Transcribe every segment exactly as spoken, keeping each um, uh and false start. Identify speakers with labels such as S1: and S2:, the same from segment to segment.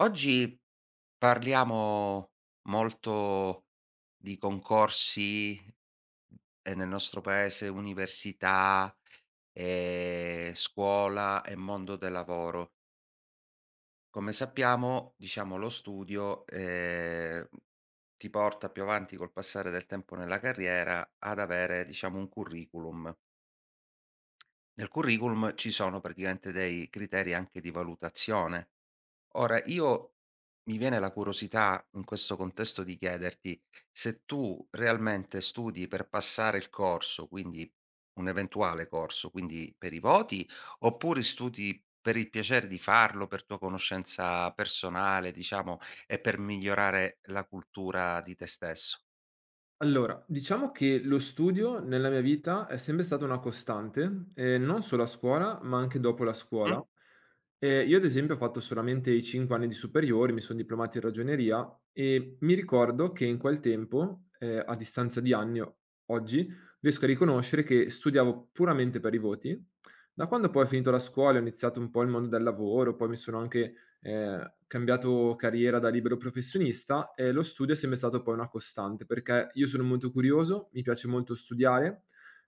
S1: Oggi parliamo molto di concorsi e nel nostro paese università, ehm, scuola e mondo del lavoro. Come sappiamo, diciamo, lo studio, ehm, ti porta più avanti col passare del tempo nella carriera ad avere, diciamo, un curriculum. Nel curriculum ci sono praticamente dei criteri anche di valutazione. Ora io mi viene la curiosità in questo contesto di chiederti se tu realmente studi per passare il corso, quindi un eventuale corso, quindi per i voti, oppure studi per il piacere di farlo, per tua conoscenza personale, diciamo, e per migliorare la cultura di te stesso?
S2: Allora, diciamo che lo studio nella mia vita è sempre stata una costante, ehm, non solo a scuola, ma anche dopo la
S1: Mh?
S2: scuola. Ehm, io ad esempio ho fatto solamente i cinque anni di superiori, mi son diplomato in ragioneria e mi ricordo che in quel tempo, ehm, a distanza di anni o oggi, riesco a riconoscere che studiavo puramente per i voti. Da quando poi ho finito la scuola, ho iniziato un po' il mondo del lavoro, poi mi sono anche ehm, cambiato carriera da libero professionista, e lo studio è sempre stato poi una costante, perché io sono molto curioso, mi piace molto studiare,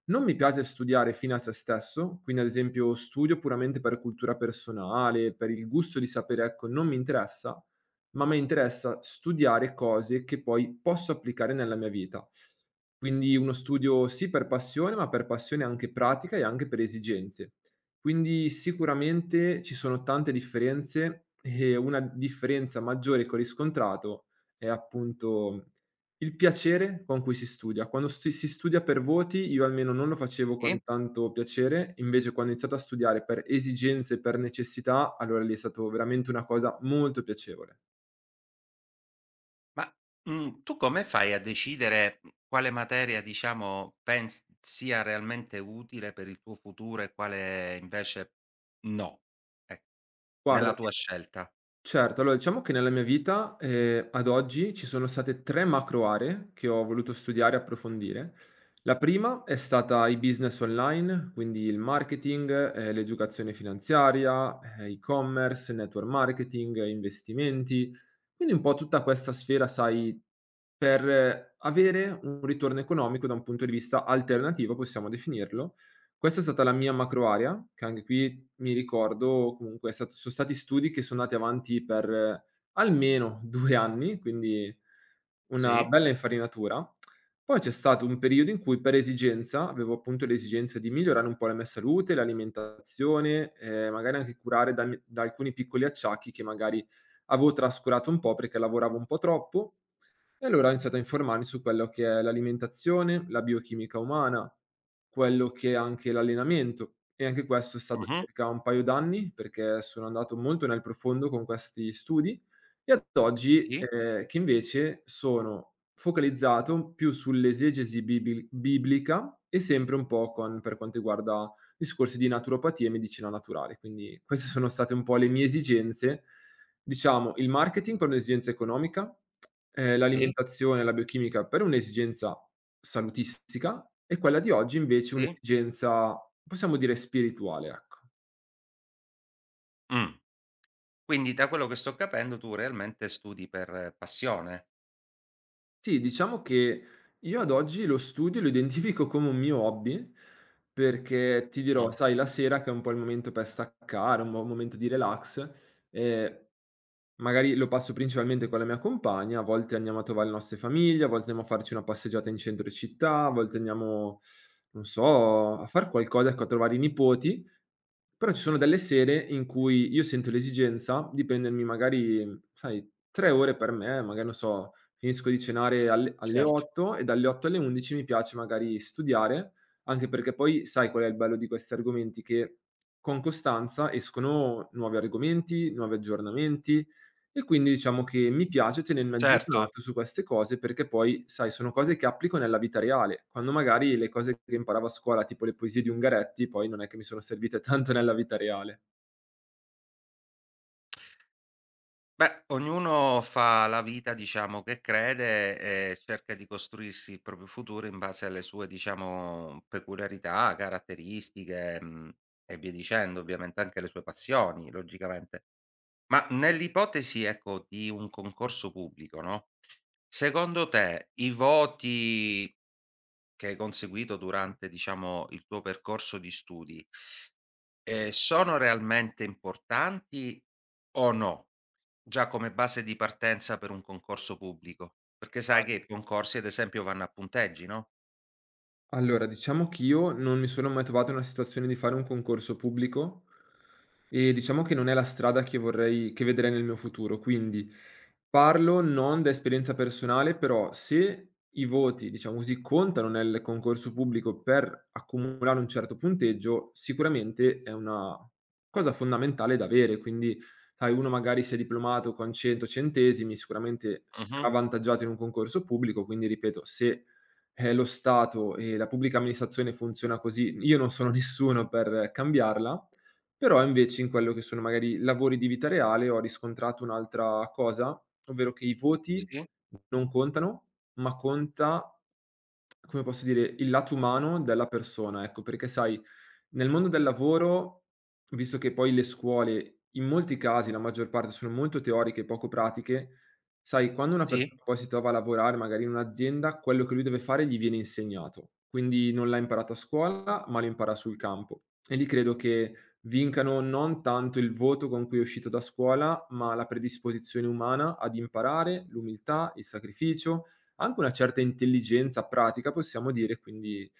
S2: non mi piace studiare fine a se stesso, quindi ad esempio studio puramente per cultura personale, per il gusto di sapere, ecco, non mi interessa, ma mi interessa studiare cose che poi posso applicare nella mia vita. Quindi uno studio sì per passione, ma per passione anche pratica e anche per esigenze. Quindi sicuramente ci sono tante differenze, e una differenza maggiore che ho riscontrato è appunto il piacere con cui si studia. Quando stu si studia per voti, io almeno non lo facevo
S1: Sì?
S2: con tanto piacere, invece quando ho iniziato a studiare per esigenze, per necessità, allora lì è stato veramente una cosa molto piacevole.
S1: Ma, mhmm, tu come fai a decidere, mhmm, quale materia, diciamo, pens sia realmente utile per il tuo futuro e quale invece no, ec
S2: Guarda
S1: nella tua
S2: ti
S1: scelta?
S2: Certo, allora diciamo che nella mia vita, ehm, ad oggi ci sono state tre macro aree che ho voluto studiare e approfondire. La prima è stata i business online, quindi il marketing, ehm, l'educazione finanziaria, ehm, e-commerce, network marketing, eh, investimenti, quindi un po' tutta questa sfera, sai, per eh, avere un ritorno economico da un punto di vista alternativo, possiamo definirlo. Questa è stata la mia macro area, che anche qui mi ricordo comunque è stato sono stati studi che sono andati avanti per eh, almeno due anni, quindi una
S1: Sì,
S2: bella infarinatura. Poi c'è stato un periodo in cui per esigenza avevo appunto l'esigenza di migliorare un po' la mia salute, l'alimentazione, ehm, magari anche curare da mi da alcuni piccoli acciacchi che magari avevo trascurato un po' perché lavoravo un po' troppo. E allora ho iniziato a informarmi su quello che è l'alimentazione, la biochimica umana, quello che è anche l'allenamento, e anche questo è stato
S1: mh-mh,
S2: circa un paio d'anni, perché sono andato molto nel profondo con questi studi, e ad oggi,
S1: sì,
S2: ehm, che invece sono focalizzato più sull'esegesi bibili biblica, e sempre un po' con per quanto riguarda discorsi di naturopatia e medicina naturale. Quindi queste sono state un po' le mie esigenze. Diciamo il marketing per un'esigenza economica. Ehm,
S1: sì,
S2: l'alimentazione, la biochimica per un'esigenza salutistica, e quella di oggi invece
S1: sì,
S2: un'esigenza, possiamo dire, spirituale, ecco.
S1: mh. Quindi da quello che sto capendo tu realmente studi per eh, passione.
S2: Sì, diciamo che io ad oggi lo studio lo identifico come un mio hobby, perché ti
S1: Mh,
S2: dirò, sai, la sera, che è un po' il momento per staccare, un buon momento di relax, ehm, magari lo passo principalmente con la mia compagna, a volte andiamo a trovare le nostre famiglie, a volte andiamo a farci una passeggiata in centro città, a volte andiamo, non so, a far qualcosa, ecco, a trovare i nipoti. Però ci sono delle sere in cui io sento l'esigenza di prendermi, magari, sai, tre ore per me, magari non so, finisco di cenare alle alle
S1: certo,
S2: otto, e dalle otto alle undici mi piace magari studiare, anche perché poi sai qual è il bello di questi argomenti: che con costanza escono nuovi argomenti, nuovi aggiornamenti, e quindi diciamo che mi piace tenermi
S1: certo.
S2: aggiornato su queste cose, perché poi, sai, sono cose che applico nella vita reale, quando magari le cose che imparavo a scuola, tipo le poesie di Ungaretti, poi non è che mi sono servite tanto nella vita reale.
S1: Beh, ognuno fa la vita, diciamo, che crede e cerca di costruirsi il proprio futuro in base alle sue, diciamo, peculiarità, caratteristiche, mhmm, e via dicendo, ovviamente anche le sue passioni, logicamente. Ma nell'ipotesi, ecco, di un concorso pubblico, no, secondo te i voti che hai conseguito durante, diciamo, il tuo percorso di studi, ehm, sono realmente importanti o no? Già come base di partenza per un concorso pubblico, perché sai che i concorsi ad esempio vanno a punteggi, no.
S2: Allora, diciamo che io non mi sono mai trovato nella situazione di fare un concorso pubblico, e diciamo che non è la strada che vorrei che vedrei nel mio futuro. Quindi parlo non da esperienza personale, però se i voti, diciamo così, contano nel concorso pubblico per accumulare un certo punteggio, sicuramente è una cosa fondamentale da avere. Quindi, sai, uno magari si è diplomato con cento centesimi, sicuramente
S1: Mh-mh.
S2: sarà avvantaggiato in un concorso pubblico, quindi ripeto, se eh, lo Stato e la pubblica amministrazione funziona così, io non sono nessuno per cambiarla, però invece in quello che sono magari lavori di vita reale ho riscontrato un'altra cosa, ovvero che i voti
S1: Sì,
S2: non contano, ma conta, come posso dire, il lato umano della persona, ecco, perché sai, nel mondo del lavoro, visto che poi le scuole, in molti casi, la maggior parte, sono molto teoriche e poco pratiche, sai, quando una persona
S1: sì.
S2: poi si trova a lavorare magari in un'azienda, quello che lui deve fare gli viene insegnato. Quindi non l'ha imparato a scuola, ma lo impara sul campo. E lì credo che vincano non tanto il voto con cui è uscito da scuola, ma la predisposizione umana ad imparare, l'umiltà, il sacrificio, anche una certa intelligenza pratica, possiamo dire. Quindi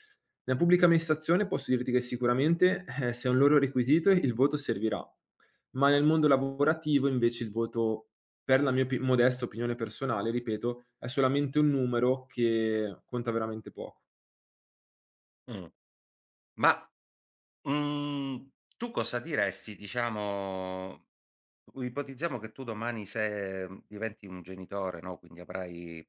S2: nella pubblica amministrazione posso dirti che sicuramente, eh, se è un loro requisito, il voto servirà, ma nel mondo lavorativo invece il voto, per la mia opi modesta opinione personale, ripeto, è solamente un numero che conta veramente poco.
S1: Mh. Ma, mhmm, tu cosa diresti diciamo U ipotizziamo che tu domani se, mhmm, diventi un genitore, no, quindi avrai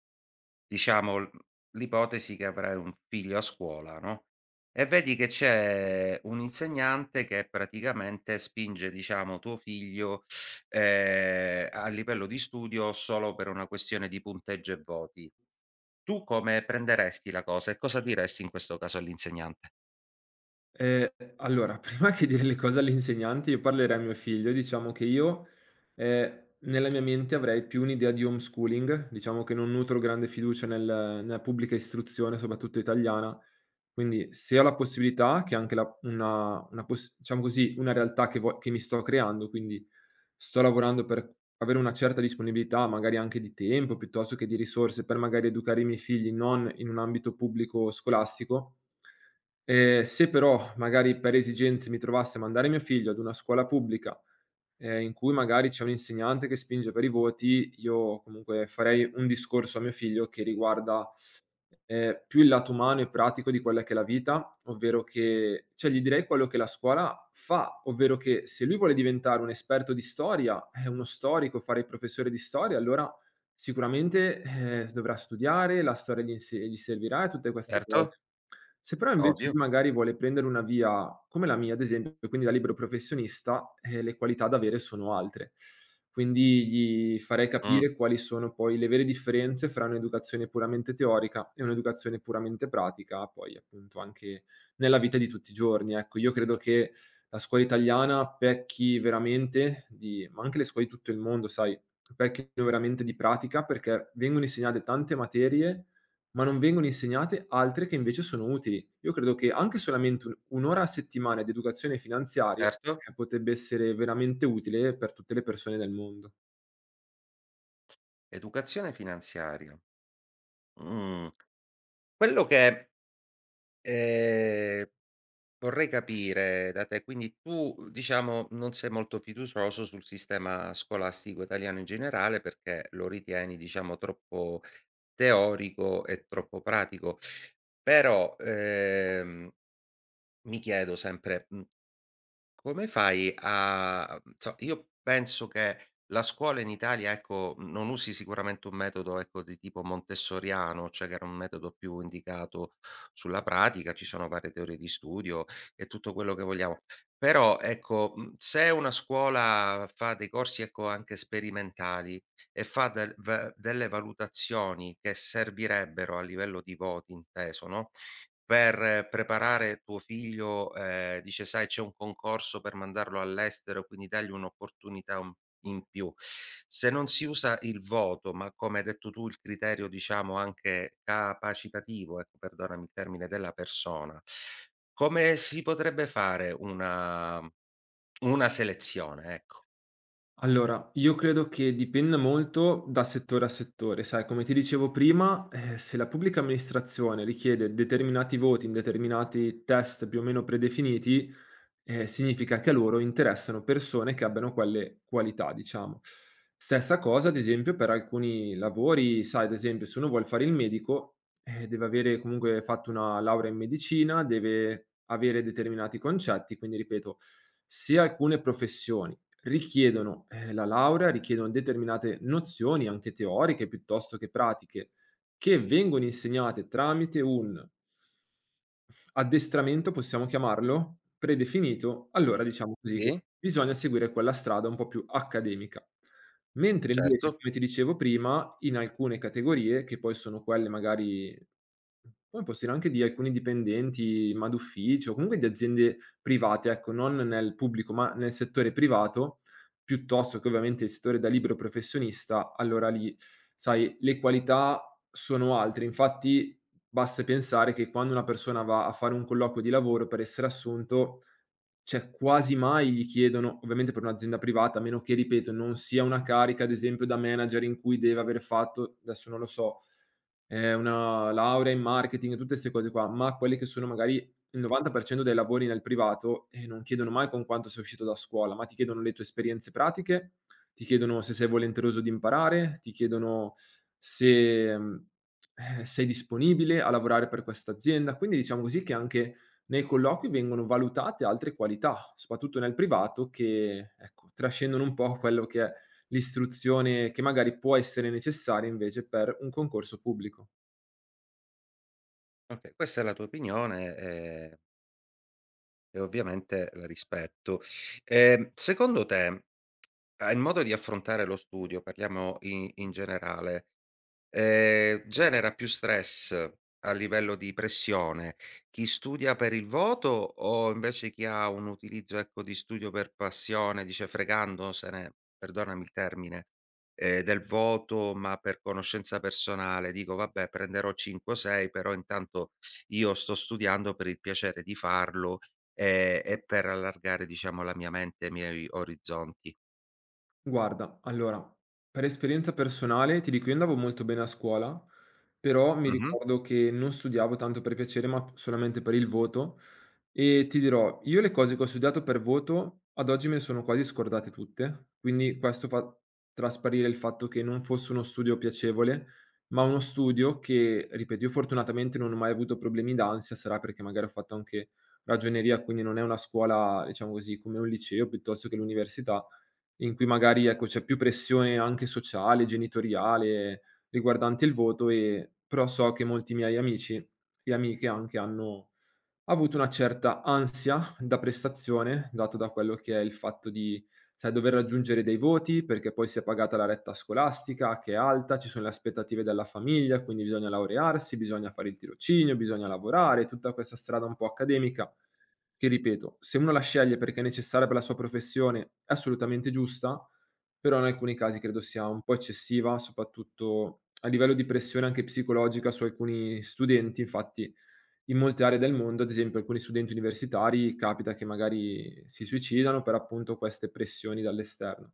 S1: diciamo l l'ipotesi che avrai un figlio a scuola, no, e vedi che c'è un insegnante che praticamente spinge, diciamo, tuo figlio, ehm, a livello di studio solo per una questione di punteggio e voti. Tu come prenderesti la cosa e cosa diresti in questo caso all'insegnante?
S2: Ehm, allora prima che dire le cose all'insegnante io parlerei a mio figlio. Diciamo che io, ehm, nella mia mente avrei più un'idea di homeschooling, diciamo che non nutro grande fiducia nel nella pubblica istruzione, soprattutto italiana. Quindi, se ho la possibilità, che è anche la una una poss diciamo così, una realtà che vo che mi sto creando, quindi sto lavorando per avere una certa disponibilità, magari anche di tempo, piuttosto che di risorse, per magari educare i miei figli non in un ambito pubblico scolastico. Ehm, se però magari per esigenze mi trovasse a mandare mio figlio ad una scuola pubblica, ehm, in cui magari c'è un insegnante che spinge per i voti, io comunque farei un discorso a mio figlio che riguarda, ehm, più il lato umano e pratico di quella che è la vita, ovvero che, cioè, gli direi quello che la scuola fa, ovvero che se lui vuole diventare un esperto di storia, eh, uno storico, fare il professore di storia, allora sicuramente, ehm, s dovrà studiare, la storia gli inse gli servirà e tutte queste
S1: Certo,
S2: cose. Se però invece
S1: ovvio.
S2: lui magari vuole prendere una via come la mia, ad esempio, quindi da libero professionista, ehm, le qualità da avere sono altre. Quindi gli farei
S1: Mh,
S2: capire quali sono poi le vere differenze fra un'educazione puramente teorica e un'educazione puramente pratica, poi appunto anche nella vita di tutti i giorni, ecco. Io credo che la scuola italiana pecchi veramente di, ma anche le scuole di tutto il mondo, sai, pecchino veramente di pratica, perché vengono insegnate tante materie, ma non vengono insegnate altre che invece sono utili. Io credo che anche solamente un 1 ora a settimana di educazione finanziaria,
S1: certo.
S2: eh, potebbe essere veramente utile per tutte le persone del mondo.
S1: Educazione finanziaria. Mh. Quello che, ehm, vorrei capire da te, quindi tu diciamo non sei molto fiducioso sul sistema scolastico italiano in generale perché lo ritieni diciamo troppo teorico e troppo pratico. Però, ehm, mi chiedo sempre, mhmm, come fai a mhmm, so io penso che la scuola in Italia, ecco, non usi sicuramente un metodo, ecco, di tipo montessoriano, cioè che era un metodo più indicato sulla pratica, ci sono varie teorie di studio e tutto quello che vogliamo. Però, ecco, mhmm, se una scuola fa dei corsi, ecco, anche sperimentali e fa del ve delle valutazioni che servirebbero a livello di voti, inteso, no, per preparare tuo figlio, ehm, dice: "Sai c'è un concorso per mandarlo all'estero, quindi dagli un'opportunità un in più." Se non si usa il voto, ma come hai detto tu il criterio diciamo anche capacitativo, ecco perdonami il termine, della persona, come si potrebbe fare una una selezione, ecco?
S2: Allora, io credo che dipenda molto da settore a settore. Sai, come ti dicevo prima, eh, se la pubblica amministrazione richiede determinati voti in determinati test più o meno predefiniti, Ehm, significa che a loro interessano persone che abbiano quelle qualità, diciamo. Stessa cosa, ad esempio, per alcuni lavori, sai, ad esempio, se uno vuol fare il medico, eh, deve avere comunque fatto una laurea in medicina, deve avere determinati concetti, quindi ripeto, se alcune professioni richiedono, ehm, la laurea, richiedono determinate nozioni, anche teoriche piuttosto che pratiche, che vengono insegnate tramite un addestramento, possiamo chiamarlo, predefinito. Allora
S1: Mh.
S2: diciamo così che
S1: Sì?
S2: bisogna seguire quella strada un po' più accademica. Mentre invece,
S1: Certo.
S2: come ti dicevo prima, in alcune categorie, che poi sono quelle magari, poi posso dire anche di alcuni dipendenti, ma d'ufficio, comunque di aziende private, ecco, non nel pubblico, ma nel settore privato, piuttosto che ovviamente il settore da libero professionista, allora lì, sai, le qualità sono altre. Infatti basta pensare che quando una persona va a fare un colloquio di lavoro per essere assunto, cioè quasi mai gli chiedono, ovviamente per un'azienda privata, a meno che, ripeto, non sia una carica, ad esempio, da manager, in cui deve aver fatto, adesso non lo so, Ehm, una laurea in marketing, tutte 'ste cose qua, ma quelli che sono magari il novanta per cento dei lavori nel privato, eh, non chiedono mai con quanto sei uscito da scuola, ma ti chiedono le tue esperienze pratiche, ti chiedono se sei volenteroso di imparare, ti chiedono se, mhmm, eh, sei disponibile a lavorare per questa azienda. Quindi diciamo così che anche nei colloqui vengono valutate altre qualità, soprattutto nel privato, che, ecco, trascendono un po' quello che è l'istruzione, che magari può essere necessaria invece per un concorso pubblico.
S1: Okay, questa è la tua opinione, ehm, e ovviamente la rispetto. Ehm, secondo te Ah, il modo di affrontare lo studio, parliamo i in generale, ehm, genera più stress a livello di pressione chi studia per il voto o invece chi ha un utilizzo, ecco, di studio per passione, dice fregandosene, perdonami il termine, ehm, del voto, ma per conoscenza personale, dico: "Vabbè prenderò cinque o sei, però intanto io sto studiando per il piacere di farlo, ehm, e per allargare diciamo la mia mente e i miei orizzonti."
S2: Guarda, allora, per esperienza personale ti dico, io andavo molto bene a scuola, però mi
S1: Mh-mh.
S2: ricordo che non studiavo tanto per piacere, ma solamente per il voto. E ti dirò, io le cose che ho studiato per voto ad oggi me ne sono quasi scordate tutte, quindi questo fa trasparire il fatto che non fosse uno studio piacevole, ma uno studio che, ripeto, io fortunatamente non ho mai avuto problemi d'ansia, sarà perché magari ho fatto anche ragioneria, quindi non è una scuola, diciamo così, come un liceo piuttosto che l'università, in cui magari, ecco, c'è più pressione anche sociale, genitoriale, riguardante il voto. E però so che molti miei amici e amiche anche hanno ho avuto una certa ansia da prestazione, dato da quello che è il fatto di, sai, dover raggiungere dei voti, perché poi si è pagata la retta scolastica che è alta, ci sono le aspettative della famiglia, quindi bisogna laurearsi, bisogna fare il tirocinio, bisogna lavorare, tutta questa strada un po' accademica, che ripeto, se uno la sceglie perché è necessaria per la sua professione, è assolutamente giusta, però in alcuni casi credo sia un po' eccessiva, soprattutto a livello di pressione anche psicologica su alcuni studenti. Infatti in molte aree del mondo, ad esempio, alcuni studenti universitari capita che magari si suicidano per appunto queste pressioni dall'esterno.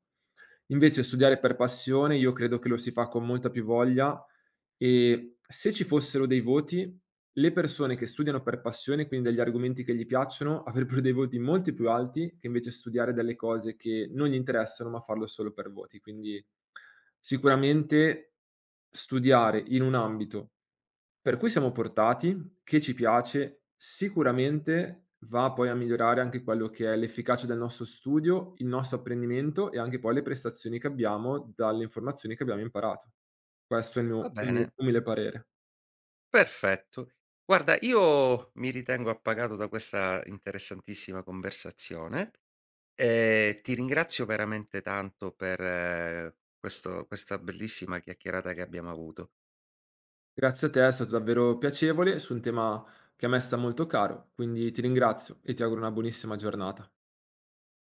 S2: Invece studiare per passione io credo che lo si fa con molta più voglia, e se ci fossero dei voti, le persone che studiano per passione, quindi degli argomenti che gli piacciono, avrebbero dei voti molto più alti che invece studiare delle cose che non gli interessano, ma farlo solo per voti. Quindi sicuramente studiare in un ambito per cui siamo portati, che ci piace, sicuramente va poi a migliorare anche quello che è l'efficacia del nostro studio, il nostro apprendimento, e anche poi le prestazioni che abbiamo dalle informazioni che abbiamo imparato. Questo è il
S1: Va
S2: mio
S1: bene,
S2: umile umile parere.
S1: perfetto. Guarda, io mi ritengo appagato da questa interessantissima conversazione e ti ringrazio veramente tanto per eh, questo questa bellissima chiacchierata che abbiamo avuto.
S2: Grazie a te, è stato davvero piacevole su un tema che a me sta molto caro, quindi ti ringrazio e ti auguro una buonissima giornata.